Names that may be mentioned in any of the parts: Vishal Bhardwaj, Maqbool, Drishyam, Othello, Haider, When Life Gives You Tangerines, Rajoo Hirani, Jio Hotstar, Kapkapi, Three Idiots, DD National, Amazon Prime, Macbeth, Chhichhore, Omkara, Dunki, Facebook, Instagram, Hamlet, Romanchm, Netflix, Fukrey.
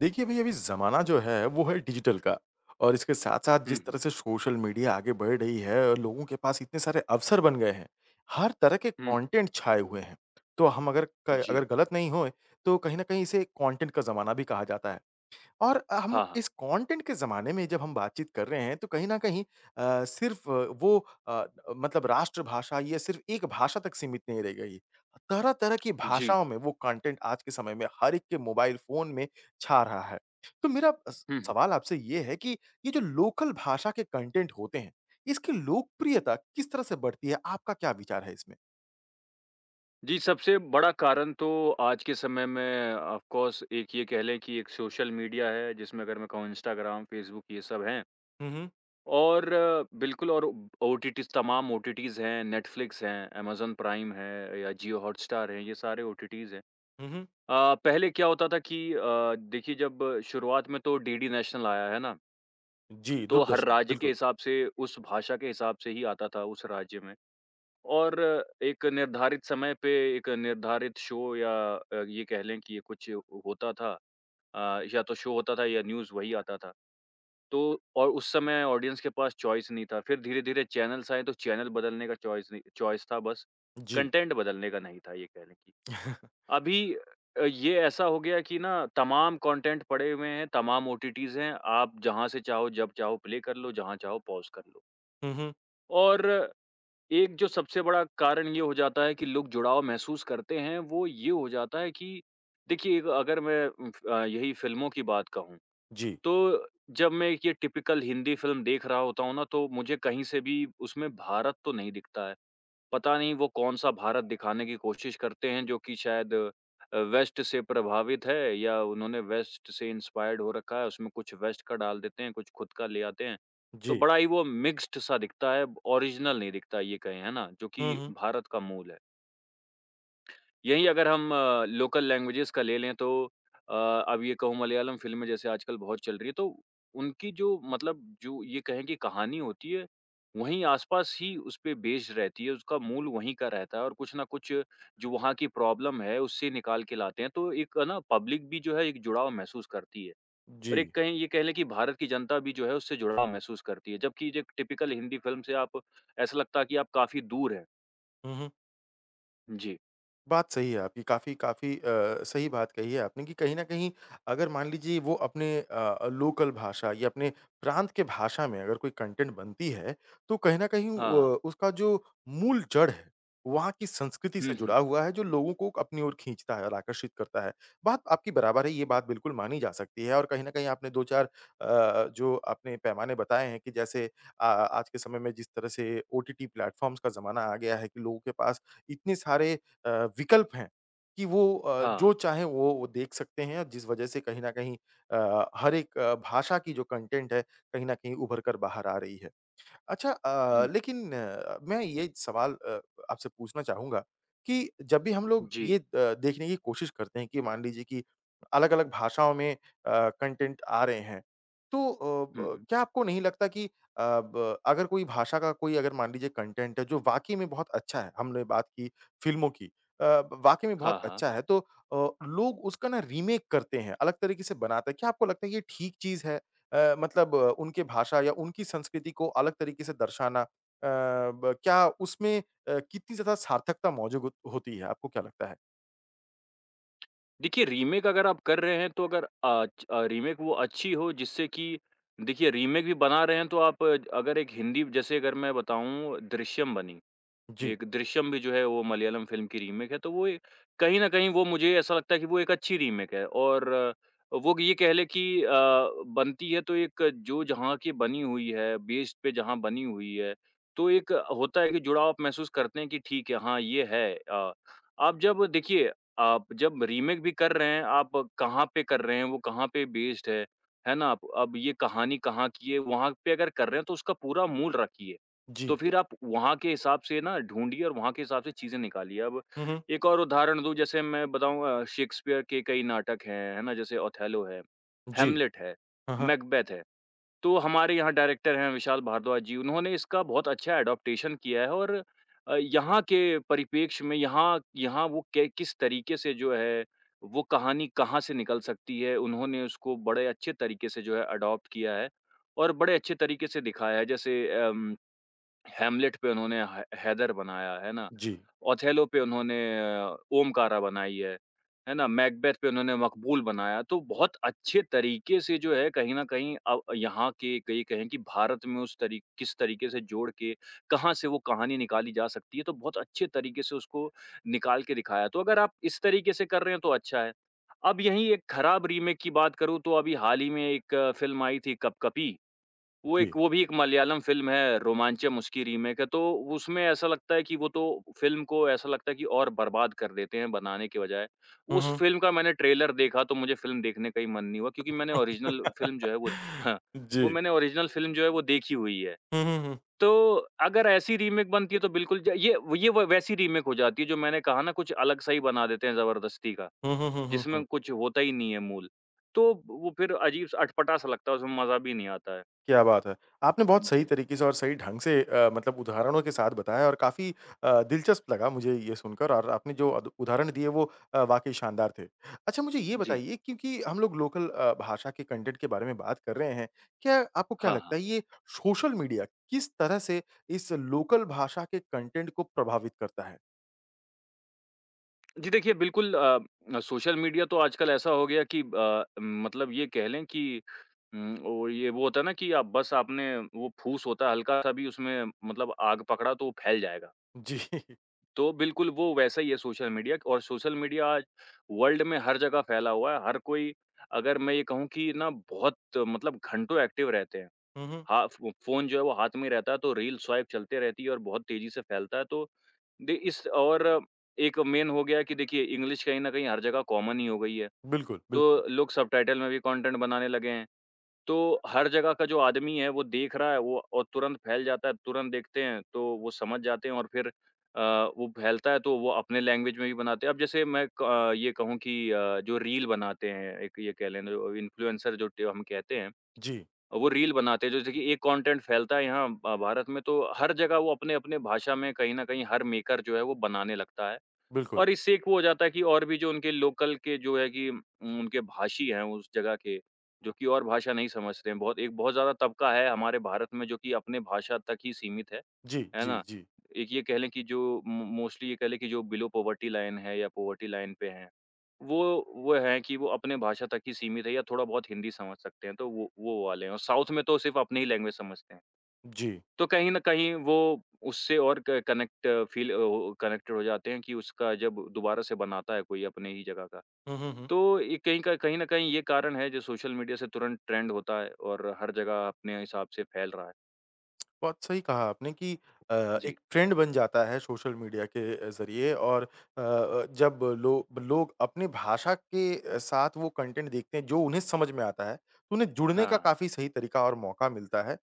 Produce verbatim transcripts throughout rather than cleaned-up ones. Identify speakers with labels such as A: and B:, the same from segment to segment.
A: देखिए भई अभी ज़माना जो है वो है डिजिटल का और इसके साथ-साथ
B: हुँ,
A: जिस
B: हुँ।
A: तरह से सोशल मीडिया आगे बढ़ रही है और लोगों के पास इतने सारे अवसर बन गए हैं, हर तरह के
B: हुँ, हुँ।
A: कंटेंट छाए हुए हैं। तो हम अगर क
B: जी।
A: अगर गलत नहीं होए तो कहीं न कहीं इसे कंटेंट का ज़माना भी कहा जाता है। और अ, हम
B: हाँ, हाँ।
A: इस कंटेंट के ज़माने में जब हम बातचीत कर रहे हैं, तो कहीं न कहीं अ, सिर्फ़ वो अ, मतलब राष्ट्रभाषा या सिर्फ़ एक भाषा तक सीमित नहीं रह गई। तरह-तरह की
B: जी।
A: भाषाओं में वो कंटेंट आज के समय में हर एक के मोबाइल फ़ोन में छा रहा है। तो मेरा स
B: हुँ, हुँ।
A: सवाल आपसे ये है कि ये जो लोकल भाषा के कंटेंट होते हैं, इसकी लोकप्रियता किस तरह से बढ़ती है? आपका क्या विचार है इसमें?
B: जी, सबसे बड़ा कारण तो आज के समय में ऑफ़ कोर्स एक ये कह लें कि एक सोशल मीडिया है जिसमें अगर मैं कहूँ इंस्टाग्राम, फ़ेसबुक ये सब हैं।
A: हुँ, हुँ।
B: और अ, बिल्कुल, और ओटीटीज़ तमाम ओटीटीज़ हैं, नेटफ्लिक्स हैं, अमेज़न प्राइम है या जियो हॉटस्टार है, ये सारे ओ टी टीज़ हैं।
A: हुँ, हुँ।
B: अ, पहले क्या होता था कि अ, देखिए जब शुरुआत में तो डी डी नेशनल आया, है ना?
A: जी,
B: तो हर
A: दूरदर्शन,
B: राज्य के
A: बिल्कुल।
B: हिसाब से उस भाषा के हिसाब से ही आता था उस राज्य में। और एक निर्धारित समय पे एक निर्धारित शो या अ, ये कह लें कि ये कुछ होता था, अ, या तो शो होता था या न्यूज़ वही आता था। तो और उस समय ऑडियंस के पास चॉइस नहीं था। फिर धीरे-धीरे चैनल्स आए तो चैनल बदलने का चॉइस नहीं चॉइस था बस,
A: जी।
B: कंटेंट बदलने का नहीं था ये कह लें कि। अभी अ, ये ऐसा हो गया कि ना तमाम कंटेंट पड़े हुए हैं, तमाम ओ टी टीज़ हैं, आप जहाँ से चाहो, जब चाहो प्ले कर लो, जहाँ चाहो पॉज़ कर लो।
A: हुँ, हुँ।
B: और एक जो सबसे बड़ा कारण ये हो जाता है कि लोग जुड़ाव महसूस करते हैं, वो ये हो जाता है कि देखिए, एक अगर मैं अ, यही फ़िल्मों की बात कहूँ,
A: जी,
B: तो जब मैं ये टिपिकल हिंदी फ़िल्म देख रहा होता हूँ ना, तो मुझे कहीं से भी उसमें भारत तो नहीं दिखता है। पता नहीं वो कौन-सा भारत दिखाने की कोशिश करते हैं जो कि शायद अ, वेस्ट से प्रभावित है या उन्होंने वेस्ट से इंस्पायर्ड हो रखा है, उसमें कुछ वेस्ट का डाल देते हैं, कुछ खुद का ले आते हैं। तो
A: जी,
B: बड़ा ही वो मिक्स्ड सा दिखता है, ओरिजिनल नहीं दिखता ये कहें, है ना? जो कि
A: हुँ, हुँ।
B: भारत का मूल है। यहीं अगर हम लोकल लैंग्वेजेस का ले लें तो अ, अब ये कहूँ मलयालम फ़िल्में जैसे आजकल बहुत चल रही है तो उनकी जो मतलब जो ये कहें कि कहानी होती है, वहीं आस-पास ही उसपे बेस्ड रहती है, उसका मूल वहीं का रहता है और कुछ ना कुछ जो वहाँ की प्रॉब्लम है उससे निकाल के लाते हैं, तो एक ना पब्लिक भी जो है एक जुड़ाव महसूस करती है।
A: जी।
B: और एक कहें ये कह लें कि भारत की जनता भी जो है उससे जुड़ाव महसूस करती है, जबकि जो एक टिपिकल हिंदी फ़िल्म से आप ऐसा लगता है कि आप काफ़ी दूर हैं।
A: हुँ, हुँ।
B: जी।
A: बात सही है आपकी, काफ़ी काफ़ी अ, सही बात कही है आपने कि कहीं न कहीं अगर मान लीजिए वो अपने अ, लोकल भाषा या अपने प्रांत के भाषा में अगर कोई कंटेंट बनती है, तो कहीं न कहीं
B: हाँ।
A: अ, उसका जो मूल जड़ है, वहाँ की संस्कृति से
B: हुँ, हुँ।
A: जुड़ा हुआ है जो लोगों को अपनी ओर खींचता है और आकर्षित करता है। बात आपकी बराबर है, ये बात बिल्कुल मानी जा सकती है और कहीं न कहीं आपने दो चार अ, जो आपने पैमाने बताए हैं कि जैसे अ, आज के समय में जिस तरह से ओटीटी प्लेटफ़ॉर्म्स का ज़माना आ गया है कि लोगों के पास इतने सारे अ, विकल्प हैं कि वो अ,
B: हाँ।
A: जो चाहें वो वो देख सकते हैं, जिस वजह से कहीं न कहीं अ, हर एक अ, भाषा की जो कंटेंट है, कहीं न कहीं उभर कर बाहर आ रही है। अच्छा अ,
B: हुँ।
A: लेकिन अ, मैं ये सवाल अ, आपसे पूछना चाहूँगा कि जब भी हम लोग
B: जी,
A: ये अ, देखने की कोशिश करते हैं कि मान लीजिए कि अलग-अलग भाषाओं में अ, कंटेंट आ रहे हैं, तो अ,
B: हुँ,
A: ब
B: हुँ।
A: क्या आपको नहीं लगता कि अ, ब अगर कोई भाषा का कोई अगर मान लीजिए कंटेंट है जो वाक़ई में बहुत अच्छा है, हमने बात की फ़िल्मों की अ, वाक़ई में बहुत
B: हाँ, हाँ।
A: अच्छा है तो अ, लोग उसका ना रीमेक करते हैं, अलग तरीके से बनाते हैं। क्या आपको लगता है ये ठीक चीज़ है? अ, मतलब अ, उनके भाषा या उनकी संस्कृति को अलग तरीके से दर्शाना अ, ब क्या उसमें अ, कितनी ज़्यादा सार्थकता मौजूद होत- होती है? आपको क्या लगता है?
B: देखिए रीमेक अगर आप कर रहे हैं तो अगर अच अ, रीमेक वो अच्छी हो जिससे कि देखिए रीमेक भी बना रहे हैं तो आप अ, अगर एक हिंदी जैसे अगर मैं बताऊँ दृश्यम बनी।
A: जी,
B: एक दृश्यम भी जो है वो मलयालम फ़िल्म की रीमेक है, तो वो ए कहीं न कहीं वो मुझे ऐसा लगता है कि वो एक अच्छी रीमेक है और अ, वो ये कह लें कि अ, बनती है तो एक जो जहाँ की बनी हुई है, बेस्ड पे जहाँ बनी हुई है, तो एक होता है कि जुड़ाव आप महसूस करते हैं कि ठीक है, हाँ, ये है। अ, आप जब देखिए, आप जब रीमेक भी कर रहे हैं, आप कहाँ पे कर रहे हैं, वो कहाँ पे बेस्ड है, है ना? आप अब ये कहानी कहाँ की है, वहाँ पे अगर कर रहे हैं तो उसका पूरा मूल रखिए। तो
A: जी।
B: फिर आप वहाँ के हिसाब से ना ढूँढिए और वहाँ के हिसाब से चीज़ें निकालिए। अब
A: हुँ, हुँ।
B: एक और उदाहरण दूँ जैसे मैं बताऊँ अ, शेक्सपियर के कई नाटक हैं, है ना? जैसे ओथेलो है,
A: जी।
B: हैमलेट है,
A: हाँ, हाँ।
B: मैकबेथ है। तो हमारे यहाँ डायरेक्टर हैं विशाल भारद्वाज जी, उन्होंने इसका बहुत अच्छा एडॉप्टेशन किया है और अ, यहाँ के परिप्रेक्ष्य में यहाँ यहाँ वो के किस तरीके से जो है वो कहानी कहाँ से निकल सकती है, उन्होंने उसको बड़े अच्छे तरीके से जो है एडॉप्ट किया है और बड़े अच्छे तरीके से दिखाया है। जैसे अम हैमलेट पे उन्होंने है हैदर बनाया, है ना?
A: जी,
B: ओथेलो पे उन्होंने अ, ओमकारा बनाई है, है ना? मैकबेथ पे उन्होंने मकबूल बनाया, तो बहुत अच्छे तरीके से जो है कहीं न कहीं अ, यहाँ के कहीं कहें कि भारत में उस तरी किस तरीके से जोड़ के कहाँ से वो कहानी निकाली जा सकती है, तो बहुत अच्छे तरीके से उसको निकाल के दिखाया। तो अगर आप इस तरीके से कर रहे हैं तो अच्छा है। अब यहीं एक खराब रीमेक की बात करूँ तो अभी हाल ही में एक फ़िल्म आई थी कपकपी। वो
A: जी।
B: एक वो भी एक मलयालम फ़िल्म है, रोमांचम उसकी रीमेक है, तो उसमें ऐसा लगता है कि वो तो फ़िल्म को ऐसा लगता है कि और बर्बाद कर देते हैं बनाने के बजाय।
A: हुँ,
B: उस
A: हुँ।
B: फ़िल्म का मैंने ट्रेलर देखा तो मुझे फ़िल्म देखने का ही मन नहीं हुआ क्योंकि मैंने ओरिजिनल फ़िल्म जो है वो हाँ, वो
A: जी।
B: मैंने ओरिजिनल फ़िल्म जो है वो देखी हुई है।
A: हुँ, हुँ, हुँ।
B: तो अगर ऐसी रीमेक बनती है तो बिल्कुल ज ये ये व वैसी रीमेक हो जाती है जो मैंने कहा ना, कुछ अलग सा ही बना देते हैं ज़बरदस्ती का,
A: हुँ, हुँ, हुँ, हुँ,
B: जिसमें
A: हुँ।
B: कुछ होता ही नहीं है मूल। तो वो फिर अजीब-सा अटपटा-सा लगता है, उसमें मज़ा भी नहीं आता है।
A: क्या बात है! आपने बहुत सही
B: जी।
A: तरीके से और सही ढंग से अ, मतलब उदाहरणों के साथ बताया और काफ़ी अ, दिलचस्प लगा मुझे ये सुनकर और आपने जो अद उदाहरण दिए वो अ, वाक़ई शानदार थे। अच्छा मुझे ये
B: जी।
A: बताइए क्योंकि हम लोग लोकल अ, भाषा के कंटेंट के बारे में बात कर रहे हैं, क्या आपको क्या
B: हाँ, हाँ।
A: लगता है ये सोशल मीडिया किस तरह से इस लोकल भाषा के कंटेंट को प्रभावित करता है?
B: जी देखिए बिल्कुल, अ, अ, सोशल मीडिया तो आजकल ऐसा हो गया कि अ, मतलब ये कह लें कि उम, वो ये वो होता है ना कि आप बस आपने वो फूस होता है हल्का-सा भी, उसमें मतलब आग पकड़ा तो वो फैल जाएगा।
A: जी।
B: तो बिल्कुल वो वैसा ही है सोशल मीडिया, और सोशल मीडिया आज वर्ल्ड में हर जगह फैला हुआ है। हर कोई अगर मैं ये कहूँ कि ना बहुत मतलब घंटों एक्टिव रहते हैं।
A: हुँ, हुँ।
B: हाँ, फ़ो फ़ोन जो है वो हाथ में रहता है, तो रील स्वाइप चलते रहती है और बहुत तेज़ी से फैलता है, तो दे इस और एक मेन हो गया कि देखिए इंग्लिश कहीं न कहीं हर जगह कॉमन ही हो गई है,
A: बिल्कुल,
B: तो
A: बिल्कुल।
B: लोग सबटाइटल में भी कंटेंट बनाने लगे हैं। तो हर जगह का जो आदमी है, वो देख रहा है वो, और तुरंत फैल जाता है, तुरंत देखते हैं, तो वो समझ जाते हैं और फिर अ, वो फैलता है, तो वो अपने लैंग्वेज में भी बनाते हैं। अब जैसे मैं क अ, ये कहूँ कि अ, जो रील बनाते हैं, एक ये कह लें जो इन्फ्लुएंसर जो ट हम कहते हैं,
A: जी,
B: वो रील बनाते हैं, जैसे कि एक कंटेंट फैलता है यहाँ अ, भारत में तो हर जगह वो अपने-अपने भाषा में कहीं न कहीं हर मेकर जो है वो बनाने लगता है।
A: बिल्कुल।
B: और इससे एक वो हो जाता है कि और भी जो उनके लोकल के जो है कि उम, उनके भाषी हैं उस जगह के, जो कि और भाषा नहीं समझते हैं। बहुत एक बहुत ज़्यादा तबका है हमारे भारत में जो कि अपने भाषा तक ही सीमित है,
A: जी,
B: है
A: जी,
B: ना?
A: जी।
B: एक ये कह लें कि जो मो मोस्टली ये कह लें कि जो बिलो पॉवर्टी लाइन है या पॉवर्टी लाइन पे हैं, वो वो हैं कि वो अपने भाषा तक ही सीमित है या थोड़ा बहुत हिंदी समझ सकते हैं, तो वो वो वाले हैं। और साउथ में तो सिर्फ़ अपनी ही लैंग्वेज समझते हैं।
A: जी।
B: तो कहीं न कहीं वो उससे और क कनेक्ट फ़ील अ, ओ कनेक्टेड हो जाते हैं कि उसका जब दोबारा से बनाता है कोई अपने ही जगह का।
A: हुँ, हुँ, हुँ।
B: तो ये कहीं क कहीं न कहीं ये कारण है जो सोशल मीडिया से तुरंत ट्रेंड होता है और हर जगह अपने हिसाब से फैल रहा है।
A: बहुत सही कहा आपने कि अ,
B: जी।
A: एक ट्रेंड बन जाता है सोशल मीडिया के ज़रिए और अ अ, जब लो लोग अपनी भाषा के अ, साथ वो कंटेंट देखते हैं जो उन्हें समझ में आता है, तो उन्हें जुड़ने का
B: हाँ।
A: काफ़ी सही तरीका और मौका मिलता है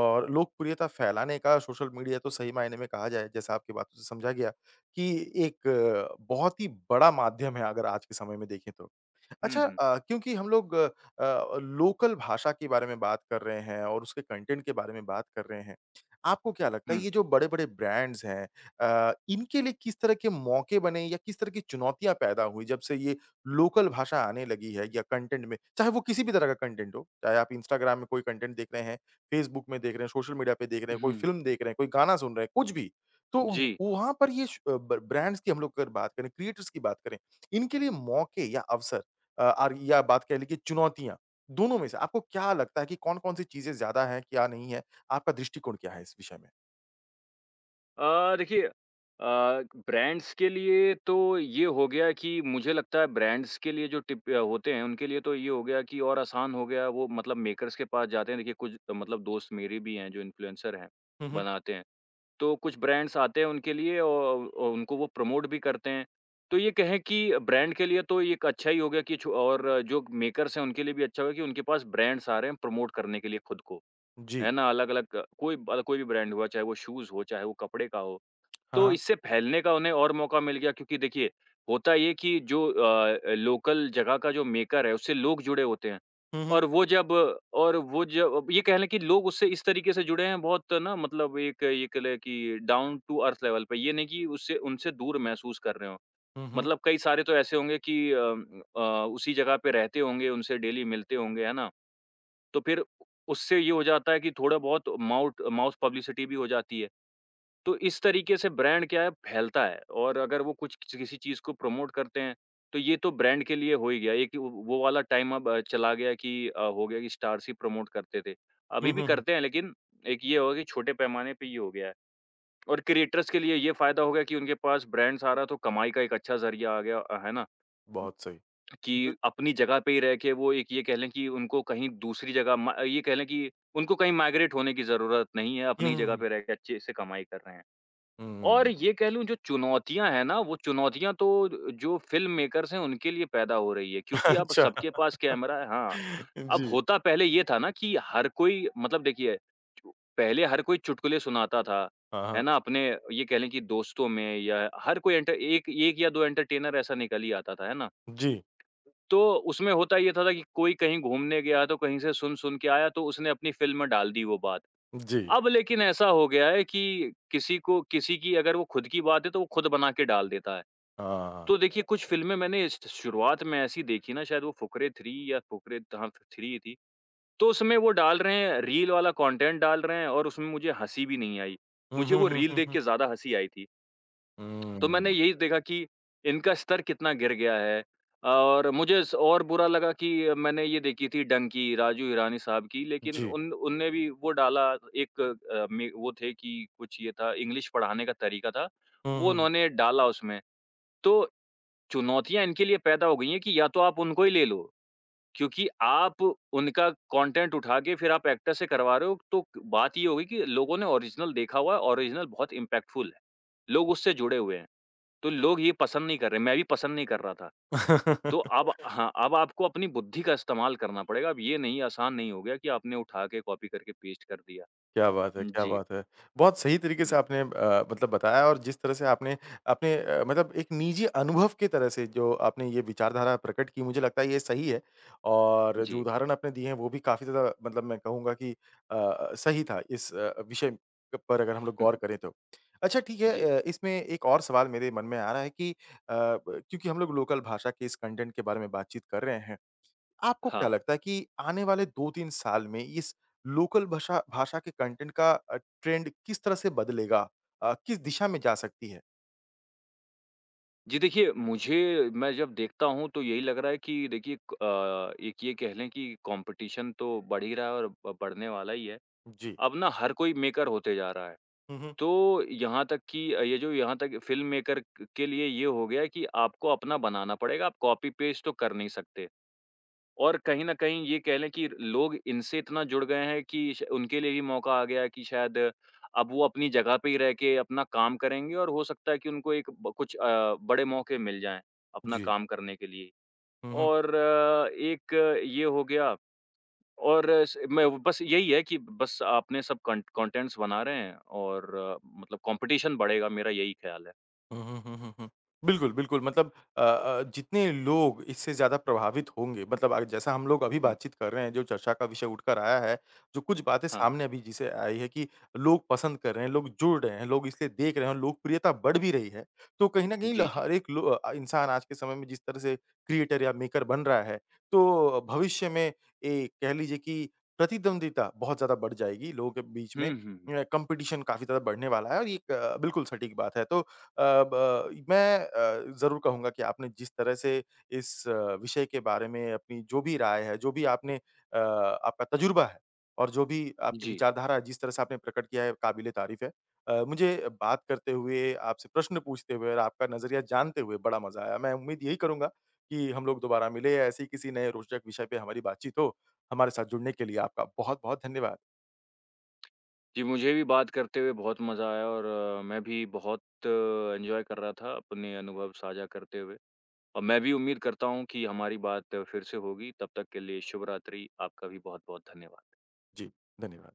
A: और लोकप्रियता फैलाने का सोशल मीडिया तो सही मायने में कहा जाए, जैसा आपकी बातों से समझा गया कि एक अ, बहुत ही बड़ा माध्यम है अगर आज के समय में देखें तो।
B: हुँ,
A: अच्छा
B: हुँ।
A: अ, क्योंकि हम लोग अ, अ, लोकल भाषा के बारे में बात कर रहे हैं और उसके कंटेंट के बारे में बात कर रहे हैं। आपको क्या लगता है
B: हुँ,
A: ये जो बड़े-बड़े ब्रांड्स हैं अ, इनके लिए किस तरह के मौके बने या किस तरह की चुनौतियाँ पैदा हुई जब से ये लोकल भाषा आने लगी है या कंटेंट में? चाहे वो किसी भी तरह का कंटेंट हो, चाहे आप इंस्टाग्राम में कोई कंटेंट देख रहे हैं, फेसबुक में देख रहे हैं, सोशल मीडिया पे देख रहे हैं, कोई
B: हुँ।
A: फ़िल्म देख रहे हैं, कोई गाना सुन रहे हैं, कुछ भी। तो
B: जी।
A: वहाँ पर ये श ब ब्रांड्स की हम लोग अगर बात करें, क्रिएटर्स की बात करें, इनके लिए मौके या अवसर अ, और या बात कह लीजिए चुनौतियाँ, दोनों में से आपको क्या लगता है कि कौन-कौन सी चीज़ें ज़्यादा हैं, क्या नहीं है? आपका दृष्टिकोण क्या है इस विषय में?
B: अ, देखिए अ, ब्रांड्स के लिए तो ये हो गया कि मुझे लगता है ब्रांड्स के लिए जो टिप अ, होते हैं उनके लिए तो ये हो गया कि और आसान हो गया वो, मतलब मेकर्स के पास जाते हैं। देखिए कुछ मतलब दोस्त मेरे भी हैं जो इन्फ्लुएंसर हैं,
A: हुँ, हुँ।
B: बनाते हैं, तो कुछ ब्रांड्स आते हैं उनके लिए, और, और उनको वो प्रमोट भी करते हैं, तो ये कहें कि ब्रांड के लिए तो ये एक अच्छा ही हो गया कि छो- और जो मेकर्स हैं उनके लिए भी अच्छा हो गया कि उनके पास ब्रांड्स आ रहे हैं प्रमोट करने के लिए खुद को,
A: जी।
B: है ना? अलग अलग कोई कोई भी ब्रांड हुआ, चाहे वो शूज़ हो, चाहे वो कपड़े का हो,
A: हाँ,
B: तो
A: हाँ।
B: इससे फैलने का उन्हें और मौका मिल गया क्योंकि देखिए, होता ये कि जो अ, लोकल जगह का जो मेकर है, उससे लोग जुड़े होते हैं।
A: हुँ, हुँ।
B: और वो जब और वो जब अब ये कह लें कि लोग उससे इस तरीके से जुड़े हैं बहुत ना, मतलब एक ये कह लें कि डाउन टू अर्थ लेवल पे, ये नहीं कि उससे उनसे दूर महसूस कर रहे हों।
A: हुँ, हुँ।
B: मतलब कई सारे तो ऐसे होंगे कि अ अ, उसी जगह पे रहते होंगे, उनसे डेली मिलते होंगे, है ना? तो फिर उससे ये हो जाता है कि थोड़ा बहुत माउट माउथ पब्लिसिटी भी हो जाती है। तो इस तरीके से ब्रांड क्या है फैलता है और अगर वो कुछ किसी किसी चीज़ को प्रमोट करते हैं, तो ये तो ब्रांड के लिए हो ही गया। एक वो वो वाला टाइम अब अ, चला गया कि अ, हो गया कि स्टार्स ही प्रमोट करते थे। अभी
A: हुँ,
B: भी
A: हुँ, हुँ।
B: करते हैं लेकिन एक ये हो गया कि छोटे पैमाने पे ये हो गया है। और क्रिएटर्स के लिए ये फ़ायदा हो गया कि उनके पास ब्रांड्स आ रहा तो कमाई का एक अच्छा ज़रिया आ गया, अ, है ना?
A: बहुत सही।
B: कि
A: बिल
B: अपनी जगह पे ही रह के वो एक ये कह लें कि उनको कहीं दूसरी जगह म ये कह लें कि उनको कहीं माइग्रेट होने की ज़रूरत नहीं है,
A: हुँ,
B: अपनी ही
A: हुँ,
B: जगह
A: हुँ।
B: पे रह के अच्छे से कमाई कर रहे हैं। और
A: हुँ,
B: ये कह लूँ जो चुनौतियाँ हैं ना, वो चुनौतियाँ तो जो फ़िल्म मेकर्स हैं उनके लिए पैदा हो रही है, क्योंकि अब
A: अच्छा।
B: सबके पास कैमरा है। हाँ, अब
A: जी।
B: होता पहले ये था ना कि हर कोई मतलब देखिए, चु- पहले हर कोई चुटकुले सुनाता था,
A: हाँ,
B: है
A: हाँ।
B: ना? अपने ये कह लें कि दोस्तों में या हर कोई एंटर एक 1 या दो एंटरटेनर ऐसा निकल ही आता था, है ना?
A: जी,
B: तो उसमें होता ये था था कि कोई कहीं घूमने गया तो कहीं से सुन-सुन के आया तो उसने अपनी फ़िल्म में डाल दी वो बात।
A: जी।
B: अब लेकिन ऐसा हो गया है कि किसी को किसी की अगर वो खुद की बात है तो वो खुद बना के डाल देता है।
A: हाँ, हाँ।
B: तो देखिए कुछ फ़िल्में मैंने श शुरुआत में ऐसी देखी ना, शायद वो फुकरे थ्री या फुकरे, हाँ, थ्री ही थी। तो उसमें वो डाल रहे हैं, रील वाला कंटेंट डाल रहे हैं और उसमें मुझे हँसी भी नहीं आई।
A: हुँ,
B: मुझे
A: हुँ,
B: वो
A: हुँ,
B: रील
A: हुँ,
B: देख
A: हुँ।
B: के ज़्यादा हँसी आई थी। तो मैंने
A: हुँ।
B: यही देखा कि इनका स्तर कितना गिर गया है और मुझे स और बुरा लगा कि मैंने ये देखी थी डंकी राजू हिरानी साहब की, लेकिन
A: जी।
B: उन उनने भी वो डाला। एक अ, में वो थे कि कुछ ये था इंग्लिश पढ़ाने का तरीका था,
A: हुँ,
B: वो
A: हुँ।
B: उन्होंने डाला उसमें। तो चुनौतियाँ इनके लिए पैदा हो गई हैं कि या तो आप उनको ही ले लो, क्योंकि आप उनका कंटेंट उठा के फिर आप एक्टर से करवा रहे हो, तो बात ये होगी कि लोगों ने ओरिजिनल देखा हुआ है, ओरिजिनल बहुत इम्पैक्टफुल है। लोग उससे जुड़े हुए हैं। तो लोग ये पसंद नहीं कर रहे, मैं भी पसंद नहीं कर रहा था। तो अब हाँ, अब आपको अपनी बुद्धि का इस्तेमाल करना पड़ेगा। अब ये नहीं आसान नहीं हो गया कि आपने उठा के कॉपी करके पेस्ट कर दिया।
A: क्या बात है, क्या
B: जी।
A: बात है! बहुत सही तरीके से
B: हुँ,
A: आपने अ, मतलब बताया और जिस तरह से आपने अपने अ, मतलब एक निजी अनुभव की तरह से जो आपने ये विचारधारा प्रकट की, मुझे लगता है ये सही है और जो
B: जी।
A: उदाहरण आपने दिए हैं वो भी काफ़ी ज़्यादा मतलब मैं कहूँगा कि अ अ, सही था इस अ, विषय पर अगर हम लोग
B: हम्म,
A: गौर करें तो। अच्छा ठीक है
B: जी,
A: अ, इसमें एक और सवाल मेरे मन में आ रहा है कि अ, ब क्योंकि हम लोग लोकल भाषा के इस कंटेंट के बारे में बातचीत कर रहे हैं, आपको
B: हाँ।
A: क्या लगता है कि आने वाले दो तीन साल में इस लोकल भाषा भाषा के कंटेंट का अ, ट्रेंड किस तरह से बदलेगा? अ, किस दिशा में जा सकती है?
B: जी, देखिए मुझे मैं जब देखता हूँ तो यही लग रहा है कि देखिए क अ, एक ये कह लें कि कॉम्पिटिशन तो बढ़ ही रहा है और ब बढ़ने वाला ही है।
A: जी।
B: अब ना हर कोई मेकर होते जा रहा है।
A: हुँ, हुँ।
B: तो यहाँ तक कि अ, ये जो यहाँ तक फ़िल्म मेकर क के लिए ये हो गया कि आपको अपना बनाना पड़ेगा, आप कॉपी पेस्ट तो कर नहीं सकते। और कहीं न कहीं ये कह लें कि लोग इनसे इतना जुड़ गए हैं कि श उनके लिए भी मौका आ गया है कि शायद अब वो अपनी जगह पे ही रह के अपना काम करेंगे और हो सकता है कि उनको एक ब कुछ अ, बड़े मौके मिल जाएँ, अपना
A: जी।
B: काम करने के लिए।
A: हुँ, हुँ।
B: और अ, एक ये हो गया और स मैं बस यही है कि बस आपने सब कंट कंटेंट्स बना रहे हैं और अ, मतलब कॉम्पिटिशन बढ़ेगा मेरा यही ख़्याल है।
A: हुँ, हुँ, हुँ, हुँ, हुँ। बिल्कुल, बिल्कुल मतलब अ अ, जितने लोग इससे ज़्यादा प्रभावित होंगे मतलब अ, जैसा हम लोग अभी
B: हुँ।
A: बातचीत कर रहे हैं, जो चर्चा का विषय उठकर आया है, जो कुछ बातें
B: हाँ,
A: सामने अभी जिसे आई है कि लोग पसंद कर रहे हैं, लोग जुड़ रहे हैं, लोग इसलिए देख रहे हैं और लोकप्रियता बढ़ भी रही है। तो कहीं न कहीं ल
B: जी, जी।
A: हर एक लो अ, इंसान आज के समय में जिस तरह से क्रिएटर या मेकर बन रहा है, तो भविष्य में ए कह लीजिए कि प्रतिद्वंदिता बहुत ज़्यादा बढ़ जाएगी लोगों के बीच में।
B: हुँ, हुँ, हुँ।
A: अ, कॉम्पिटिशन काफ़ी ज़्यादा बढ़ने वाला है और ये एक अ, बिल्कुल सटीक बात है। तो अ, ब मैं अ, ज़रूर कहूँगा कि आपने जिस तरह से इस अ, विषय के बारे में अपनी जो भी राय है, जो भी आपने अ, आपका तजुर्बा है और जो भी आपकी
B: जी।
A: विचारधारा है, जिस तरह से आपने प्रकट किया है, काबिल-ए-तारीफ़ है। अ, मुझे बात करते हुए, आपसे प्रश्न पूछते हुए और आपका नज़रिया जानते हुए बड़ा मज़ा आया। मैं उम्मीद यही करूँगा कि हम लोग दोबारा मिलें, ऐसे ही किसी नए रोचक विषय पे हमारी बातचीत हो। हमारे साथ जुड़ने के लिए आपका बहुत-बहुत धन्यवाद।
B: जी, मुझे भी बात करते हुए बहुत मज़ा आया और अ, मैं भी बहुत एन्जॉय कर रहा था अपने अनुभव साझा करते हुए और मैं भी उम्मीद करता हूँ कि हमारी बात फिर से होगी। तब तक के लिए शुभ रात्रि। आपका भी बहुत-बहुत धन्यवाद।
A: जी, धन्यवाद।